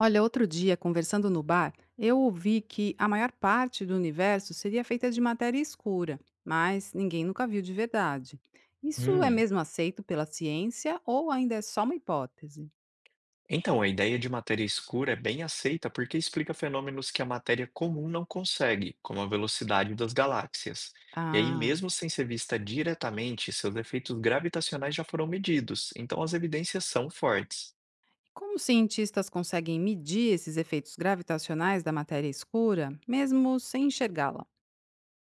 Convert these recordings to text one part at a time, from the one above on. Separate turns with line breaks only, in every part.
Olha, outro dia, conversando no bar, eu ouvi que a maior parte do universo seria feita de matéria escura, mas ninguém nunca viu de verdade. Isso é
Hum.
mesmo aceito pela ciência ou ainda é só uma hipótese?
Então, a ideia de matéria escura é bem aceita porque explica fenômenos que a matéria comum não consegue, como a velocidade das galáxias. E aí,
Ah,
mesmo sem ser vista diretamente, seus efeitos gravitacionais já foram medidos, então as evidências são fortes.
como os cientistas conseguem medir esses efeitos gravitacionais da matéria escura, mesmo sem enxergá-la?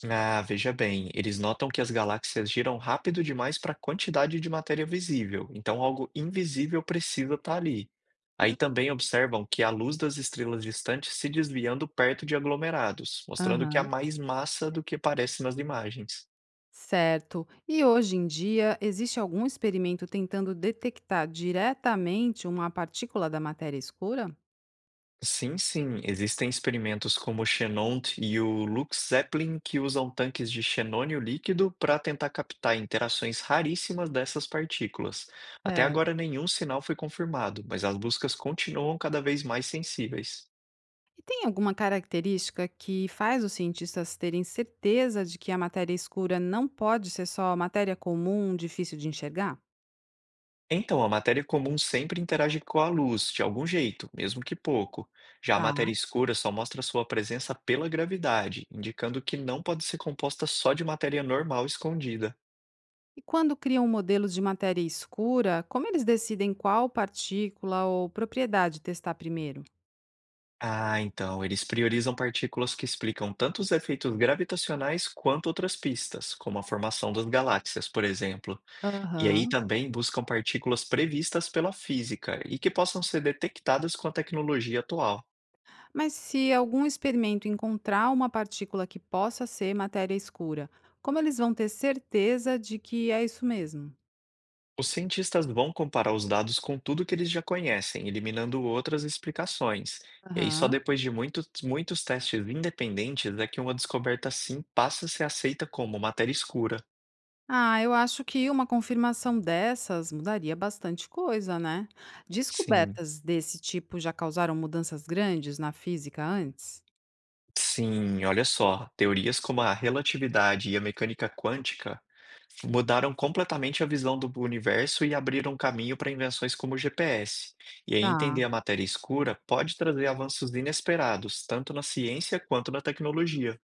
Ah, veja bem, eles notam que as galáxias giram rápido demais para a quantidade de matéria visível, então algo invisível precisa estar ali. Aí também observam que a luz das estrelas distantes se desviando perto de aglomerados, mostrando que há
Aham.
mais massa do que parece nas imagens.
Certo. E hoje em dia, existe algum experimento tentando detectar diretamente uma partícula da matéria escura?
Sim, sim. Existem experimentos como o Xenont e o Lux Zeppelin que usam tanques de xenônio líquido para tentar captar interações raríssimas dessas partículas. Até
Certo.
agora, nenhum sinal foi confirmado, mas as buscas continuam cada vez mais sensíveis.
E tem alguma característica que faz os cientistas terem certeza de que a matéria escura não pode ser só matéria comum, difícil de enxergar?
Então, a matéria comum sempre interage com a luz, de algum jeito, mesmo que pouco. Já a
Tá.
matéria escura só mostra sua presença pela gravidade, indicando que não pode ser composta só de matéria normal escondida.
E quando criam modelos de matéria escura, como eles decidem qual partícula ou propriedade testar primeiro?
Ah, então, eles priorizam partículas que explicam tanto os efeitos gravitacionais quanto outras pistas, como a formação das galáxias, por exemplo. E aí
Aham.
também buscam partículas previstas pela física e que possam ser detectadas com a tecnologia atual.
Mas se algum experimento encontrar uma partícula que possa ser matéria escura, como eles vão ter certeza de que é isso mesmo?
Os cientistas vão comparar os dados com tudo que eles já conhecem, eliminando outras explicações. E aí, só
Aham.
depois de muitos, muitos testes independentes é que uma descoberta assim passa a ser aceita como matéria escura.
Ah, eu acho que uma confirmação dessas mudaria bastante coisa, né?
Sim.
Descobertas desse tipo já causaram mudanças grandes na física antes?
Sim, olha só, teorias como a relatividade e a mecânica quântica mudaram completamente a visão do universo e abriram caminho para invenções como o GPS. E aí
Tá.
entender a matéria escura pode trazer avanços inesperados, tanto na ciência quanto na tecnologia.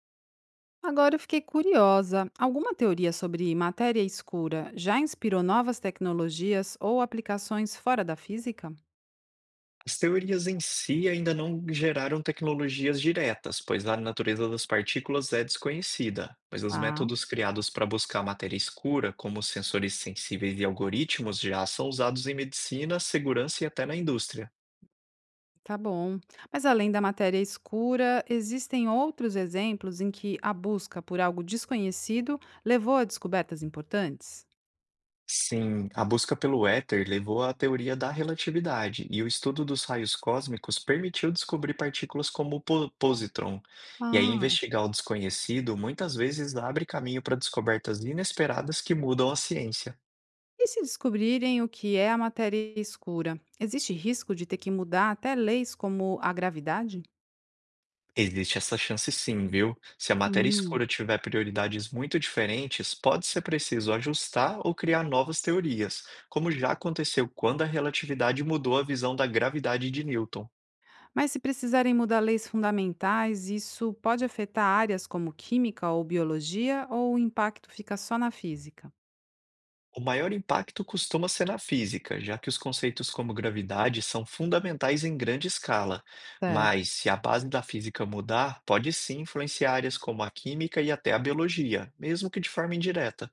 Agora eu fiquei curiosa. Alguma teoria sobre matéria escura já inspirou novas tecnologias ou aplicações fora da física?
As teorias em si ainda não geraram tecnologias diretas, pois a natureza das partículas é desconhecida, mas os
Ah,
métodos criados para buscar matéria escura, como os sensores sensíveis e algoritmos, já são usados em medicina, segurança e até na indústria.
tá bom. Mas além da matéria escura, existem outros exemplos em que a busca por algo desconhecido levou a descobertas importantes?
Sim, a busca pelo éter levou à teoria da relatividade, e o estudo dos raios cósmicos permitiu descobrir partículas como o positron. E aí,
Ah.
investigar o desconhecido muitas vezes abre caminho para descobertas inesperadas que mudam a ciência.
E se descobrirem o que é a matéria escura, existe risco de ter que mudar até leis como a gravidade?
Existe essa chance sim, viu? Se a matéria
Hum.
escura tiver prioridades muito diferentes, pode ser preciso ajustar ou criar novas teorias, como já aconteceu quando a relatividade mudou a visão da gravidade de Newton.
Mas se precisarem mudar leis fundamentais, isso pode afetar áreas como química ou biologia, ou o impacto fica só na física?
O maior impacto costuma ser na física, já que os conceitos como gravidade são fundamentais em grande escala.
Certo.
Mas, se a base da física mudar, pode sim influenciar áreas como a química e até a biologia, mesmo que de forma indireta.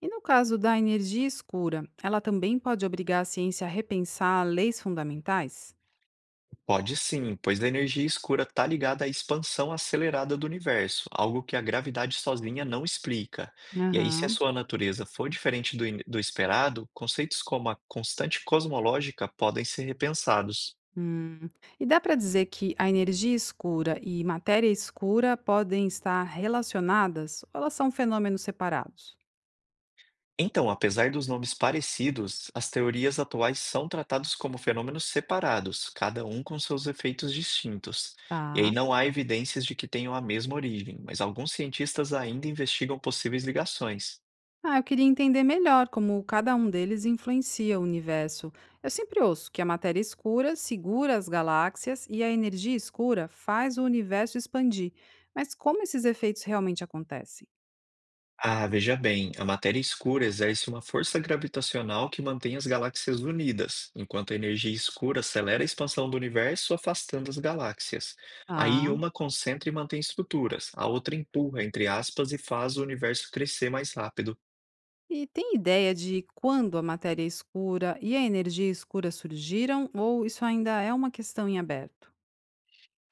E no caso da energia escura, ela também pode obrigar a ciência a repensar leis fundamentais?
Pode sim, pois a energia escura está ligada à expansão acelerada do universo, algo que a gravidade sozinha não explica. E aí, se a
Aham.
sua natureza for diferente do esperado, conceitos como a constante cosmológica podem ser repensados.
Hum. E dá para dizer que a energia escura e matéria escura podem estar relacionadas ou elas são fenômenos separados?
Então, apesar dos nomes parecidos, as teorias atuais são tratados como fenômenos separados, cada um com seus efeitos distintos. E aí
Tá.
não há evidências de que tenham a mesma origem, mas alguns cientistas ainda investigam possíveis ligações.
Ah, eu queria entender melhor como cada um deles influencia o universo. Eu sempre ouço que a matéria escura segura as galáxias e a energia escura faz o universo expandir. Mas como esses efeitos realmente acontecem?
Ah, veja bem, a matéria escura exerce uma força gravitacional que mantém as galáxias unidas, enquanto a energia escura acelera a expansão do universo, afastando as galáxias. Aí
Ah.
uma concentra e mantém estruturas, a outra empurra, entre aspas, e faz o universo crescer mais rápido.
E tem ideia de quando a matéria é escura e a energia escura surgiram, ou isso ainda é uma questão em aberto?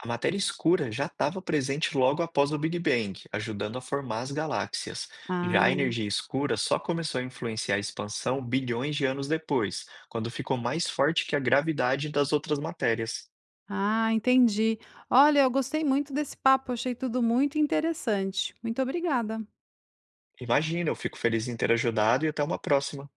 A matéria escura já estava presente logo após o Big Bang, ajudando a formar as galáxias. Já a
Ah,
energia escura só começou a influenciar a expansão bilhões de anos depois, quando ficou mais forte que a gravidade das outras matérias.
ah, entendi. Olha, eu gostei muito desse papo, achei tudo muito interessante. Muito obrigada.
Imagina, eu fico feliz em ter ajudado e até uma próxima.